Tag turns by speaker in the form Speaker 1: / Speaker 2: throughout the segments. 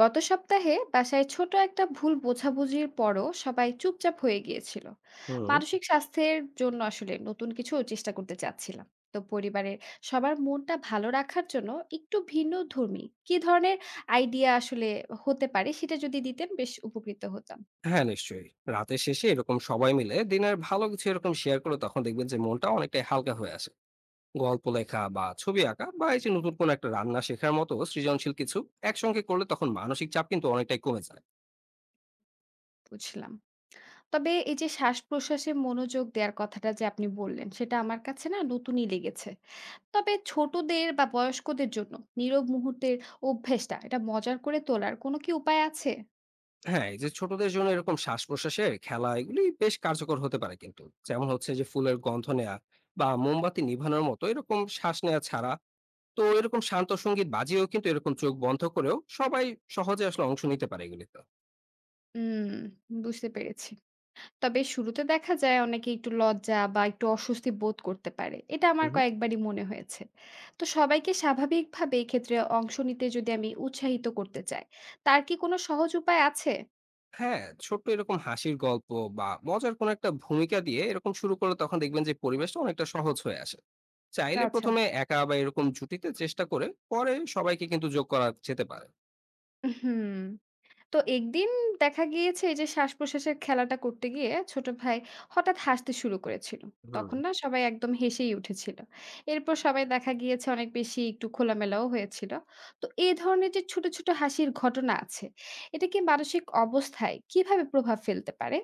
Speaker 1: গত সপ্তাহে বাসায় ছোট একটা ভুল বোঝাবুঝির পরও সবাই চুপচাপ হয়ে গিয়েছিল।
Speaker 2: হুম।
Speaker 1: মানসিক স্বাস্থ্যের জন্য আসলে নতুন কিছু চেষ্টা করতে চাচ্ছিলাম। তো পরিবারের সবার মনটা ভালো রাখার জন্য একটু ভিন্ন ধর্মী কি ধরনের আইডিয়া আসলে হতে পারে সেটা যদি দিতেন বেশ উপকৃত হতাম।
Speaker 2: হ্যাঁ নিশ্চয়ই। রাতের শেষে এরকম সবাই মিলে দিনের ভালো কিছু এরকম শেয়ার করে তখন দেখবেন যে মনটা অনেকটাই হালকা হয়ে আসে। গল্প লেখা বা ছবি আঁকা বা এই যে নতুন কোনো একটা রান্না শেখার মতো সৃজনশীল কিছু একসঙ্গে করলে তখন মানসিক চাপ কিন্তু অনেকটাই কমে যায়।
Speaker 1: বুঝলাম। তবে এই যে শ্বাস প্রশ্বাসে মনোযোগ দেওয়ার কথাটা যে আপনি বললেন সেটা আমার কাছে না নতুনই লেগেছে। তবে ছোটদের বা বয়স্কদের জন্য নীরব মুহূর্তের অভ্যেসটা এটা মজার করে তোলার কোনো কি উপায় আছে?
Speaker 2: হ্যাঁ, এই যে ছোটদের জন্য এরকম শ্বাস প্রশ্বাসের খেলা এগুলি বেশ কার্যকর হতে পারে কিন্তু, যেমন হচ্ছে যে ফুলের গন্ধ নেয়া বা মোমবাতি নিভানোর মতো এরকম শ্বাস নেওয়া ছাড়া, তো এরকম শান্ত সঙ্গীত বাজিয়েও কিন্তু এরকম চোখ বন্ধ করেও সবাই সহজে আসলে অংশ নিতে পারে এগুলিতে।
Speaker 1: হুম, বুঝতে পেরেছি। তবে শুরুতে দেখা যায় অনেকে একটু লজ্জা বা একটু অস্বস্তি বোধ করতে পারে, এটা আমার
Speaker 2: হুম।
Speaker 1: কয়েকবারই মনে হয়েছে। তো সবাইকে স্বাভাবিকভাবে এক্ষেত্রে অংশ নিতে যদি আমি উৎসাহিত করতে চাই, তার কি কোনো সহজ উপায় আছে?
Speaker 2: হ্যাঁ, ছোট্ট এরকম হাসির গল্প বা মজার কোনো একটা ভূমিকা দিয়ে এরকম শুরু করলে তখন দেখবেন যে পরিবেশটা অনেকটা সহজ হয়ে আসে। চাইলে
Speaker 1: আচ্ছা।
Speaker 2: ১ম এ একা বা এরকম জুটিতে চেষ্টা করে পরে সবাইকে কিন্তু যোগ করা যেতে পারে।
Speaker 1: হুম। তো একদিন দেখা গিয়েছে এই যে শ্বাস-প্রশ্বাসের খেলাটা করতে গিয়ে ছোট ভাই হঠাৎ হাসতে শুরু করেছিল।
Speaker 2: হুম।
Speaker 1: তখন না সবাই একদম হেসেই উঠেছিল। এরপর সবাই দেখা গিয়েছে অনেক বেশি একটু খোলামেলাও হয়েছিল। তো এই ধরনের যে ছোট, ছোট হাসির ঘটনা আছে, এটা কি মানসিক অবস্থায় কিভাবে প্রভাব ফেলতে পারে?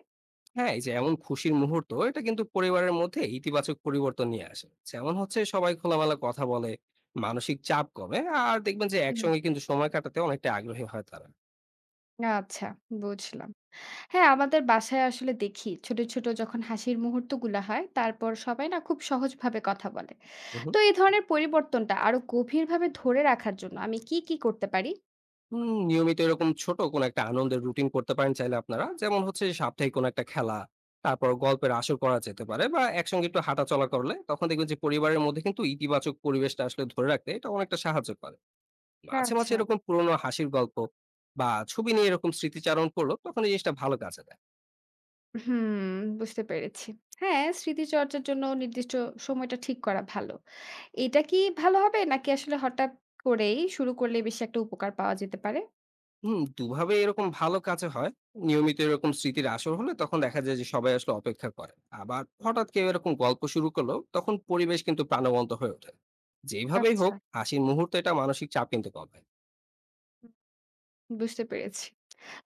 Speaker 2: হ্যাঁ, এই যে এমন খুশির মুহূর্ত এটা কিন্তু পরিবারের মধ্যে ইতিবাচক পরিবর্তন নিয়ে আসে। যেমন হচ্ছে সবাই খোলামেলা কথা বলে, মানসিক চাপ কমে আর দেখবেন যে
Speaker 1: হুম।
Speaker 2: একসঙ্গে কিন্তু সময় কাটাতে অনেকটা আগ্রহী হয় তারা।
Speaker 1: আচ্ছা, বুঝলাম। হ্যাঁ, আমাদের বাসায় আসলে দেখি ছোট, ছোট যখন হাসির মুহূর্তগুলা হয়, তারপর সবাই না খুব সহজভাবে কথা বলে। তো এই ধরনের পরিবর্তনটা আরো গভীরভাবে ধরে রাখার জন্য আমি কি, কি করতে পারি?
Speaker 2: হুম, নিয়মিত এরকম ছোট কোনো একটা আনন্দের রুটিন করতে পারেন চাইলে আপনারা। যেমন হচ্ছে যে সাপ্তাহিক কোনো একটা খেলা, তারপর গল্পের আসর করা যেতে পারে বা একসঙ্গে একটু হাঁটাচলা করলে তখন দেখবেন যে পরিবারের মধ্যে কিন্তু ইতিবাচক পরিবেশটা আসলে ধরে রাখতে এটা অনেকটা সাহায্য করে। মাঝে, মাঝে
Speaker 1: আচ্ছা।
Speaker 2: এরকম পুরোনো হাসির গল্প বা ছবি নিয়ে এরকম স্মৃতিচারণ করলো তখন এই জিনিসটা ভালো কাজে দেয়।
Speaker 1: হুম, বুঝতে পেরেছি। হ্যাঁ, স্মৃতিচর্চার জন্য নির্দিষ্ট সময়টা ঠিক করা ভালো। এটা কি ভালো হবে নাকি আসলে হঠাৎ করেই শুরু করলে বেশি একটা উপকার পাওয়া যেতে পারে?
Speaker 2: হুম, দুভাবে এরকম ভালো কাজে হয়। নিয়মিত এরকম স্মৃতির আসর হলে তখন দেখা যায় যে সবাই আসলে অপেক্ষা করে। আবার হঠাৎ কেউ এরকম গল্প শুরু করলো তখন পরিবেশ কিন্তু প্রাণবন্ত হয়ে ওঠে। যেভাবেই
Speaker 1: আচ্ছা।
Speaker 2: হোক হাসির মুহূর্তে এটা মানসিক চাপ কিন্তু কমায়।
Speaker 1: হুম। বুঝতে পেরেছি।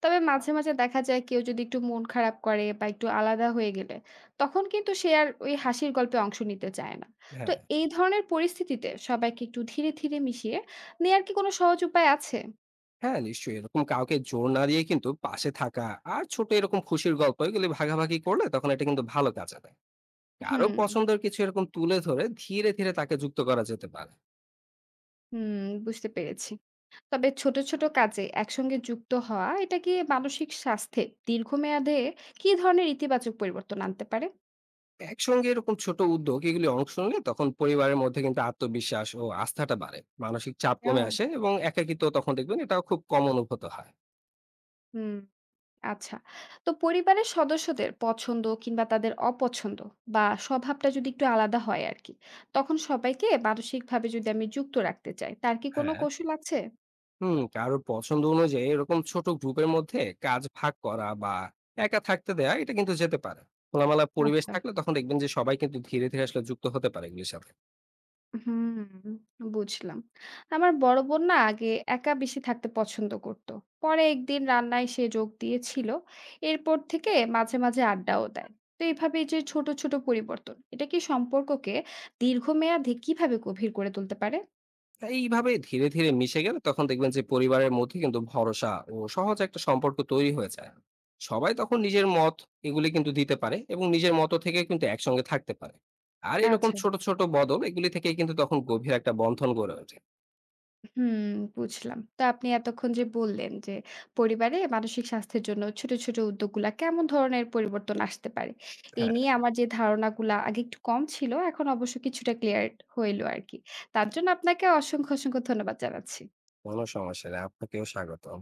Speaker 1: তবে মাঝে, মাঝে দেখা যায় কেউ যদি একটু মন খারাপ করে বা একটু আলাদা হয়ে গেলে, তখন কিন্তু সে আর ওই হাসির গল্পে অংশ নিতে চায় না। তো
Speaker 2: হ্যাঁ,
Speaker 1: এই ধরনের পরিস্থিতিতে সবাইকে একটু ধীরে, ধীরে মিশিয়ে নেয়ার কি কোনো সহজ উপায় আছে?
Speaker 2: হ্যাঁ নিশ্চয়ই এরকম কাউকে জোর না দিয়ে কিন্তু পাশে থাকা আর ছোট এরকম খুশির গল্প এগুলি ভাগাভাগি করলে তখন এটা কিন্তু ভালো কাজে দেয়। কারো
Speaker 1: হুম,
Speaker 2: পছন্দের কিছু এরকম তুলে ধরে ধীরে, ধীরে তাকে যুক্ত করা যেতে পারে।
Speaker 1: হুম, বুঝতে পেরেছি। তবে ছোট, ছোট কাজে একসঙ্গে যুক্ত হওয়া এটা কি মানসিক স্বাস্থ্যে দীর্ঘমেয়াদে কি ধরনের ইতিবাচক পরিবর্তন আনতে পারে?
Speaker 2: একসঙ্গে এরকম ছোট উদ্যোগ এগুলি অংশ নিলে তখন পরিবারের মধ্যে কিন্তু আত্মবিশ্বাস ও আস্থাটা বাড়ে, মানসিক চাপ কমে
Speaker 1: ও!
Speaker 2: আসে এবং একাকিত্ব তখন দেখবেন এটাও খুব কম অনুভূত হয়।
Speaker 1: হুম। আচ্ছা। তো পরিবারের সদস্যদের পছন্দ কিংবা তাদের অপছন্দ বা স্বভাবটা যদি একটু আলাদা হয় আরকি, তখন সবাইকে মানসিকভাবে যদি আমি যুক্ত রাখতে চাই, তার কি কোনো
Speaker 2: হ্যাঁ।
Speaker 1: কৌশল আছে?
Speaker 2: হুম, কারোর পছন্দ অনুযায়ী এরকম ছোট গ্রুপের মধ্যে কাজ ভাগ করা বা একা থাকতে দেয়া এটা কিন্তু যেতে পারে। খোলামেলা পরিবেশ
Speaker 1: আচ্ছা।
Speaker 2: থাকলে তখন দেখবেন যে সবাই কিন্তু ধীরে ধীরে আসলে যুক্ত হতে পারে এগুলির সাথে।
Speaker 1: হুম, বুঝলাম। আমার বড় বোন না আগে একা বেশি থাকতে পছন্দ করত। পরে একদিন রান্নায় সে যোগ দিয়েছিল। এরপর থেকে মাঝে, মাঝে আড্ডাও দেয়। তো এভাবে যে ছোট, ছোট পরিবর্তন, এটা কি সম্পর্ককে দীর্ঘমেয়াদে কিভাবে গভীর করে তুলতে পারে?
Speaker 2: তাই এইভাবে ধীরে ধীরে মিশে গেলে তখন দেখবেন যে পরিবারের মধ্যে কিন্তু ভরসা ও সহজ একটা সম্পর্ক তৈরি হয়ে যায়। সবাই তখন নিজের মত এগুলি কিন্তু দিতে পারে এবং নিজের মত থেকে কিন্তু একসঙ্গে থাকতে পারে। আর এরকম
Speaker 1: আচ্ছা।
Speaker 2: ছোট ছোট বদল এগুলি থেকে কিন্তু তখন গভীর একটা বন্ধন গড়ে ওঠে।
Speaker 1: হুম, বুঝলাম। তো আপনি এতক্ষণ যে বললেন যে পরিবারে মানসিক স্বাস্থ্যের জন্য ছোট, ছোট উদ্যোগগুলা কেমন ধরনের পরিবর্তন আসতে পারে? এই
Speaker 2: হ্যাঁ,
Speaker 1: নিয়ে আমার যে ধারণাগুলা আগে একটু কম ছিল, এখন অবশ্য কিছুটা ক্লিয়ার হইল আরকি। তার জন্য আপনাকে অসংখ্য, অসংখ্য ধন্যবাদ জানাচ্ছি।
Speaker 2: কোনো সমস্যা নেই, আপনাকেও স্বাগতম।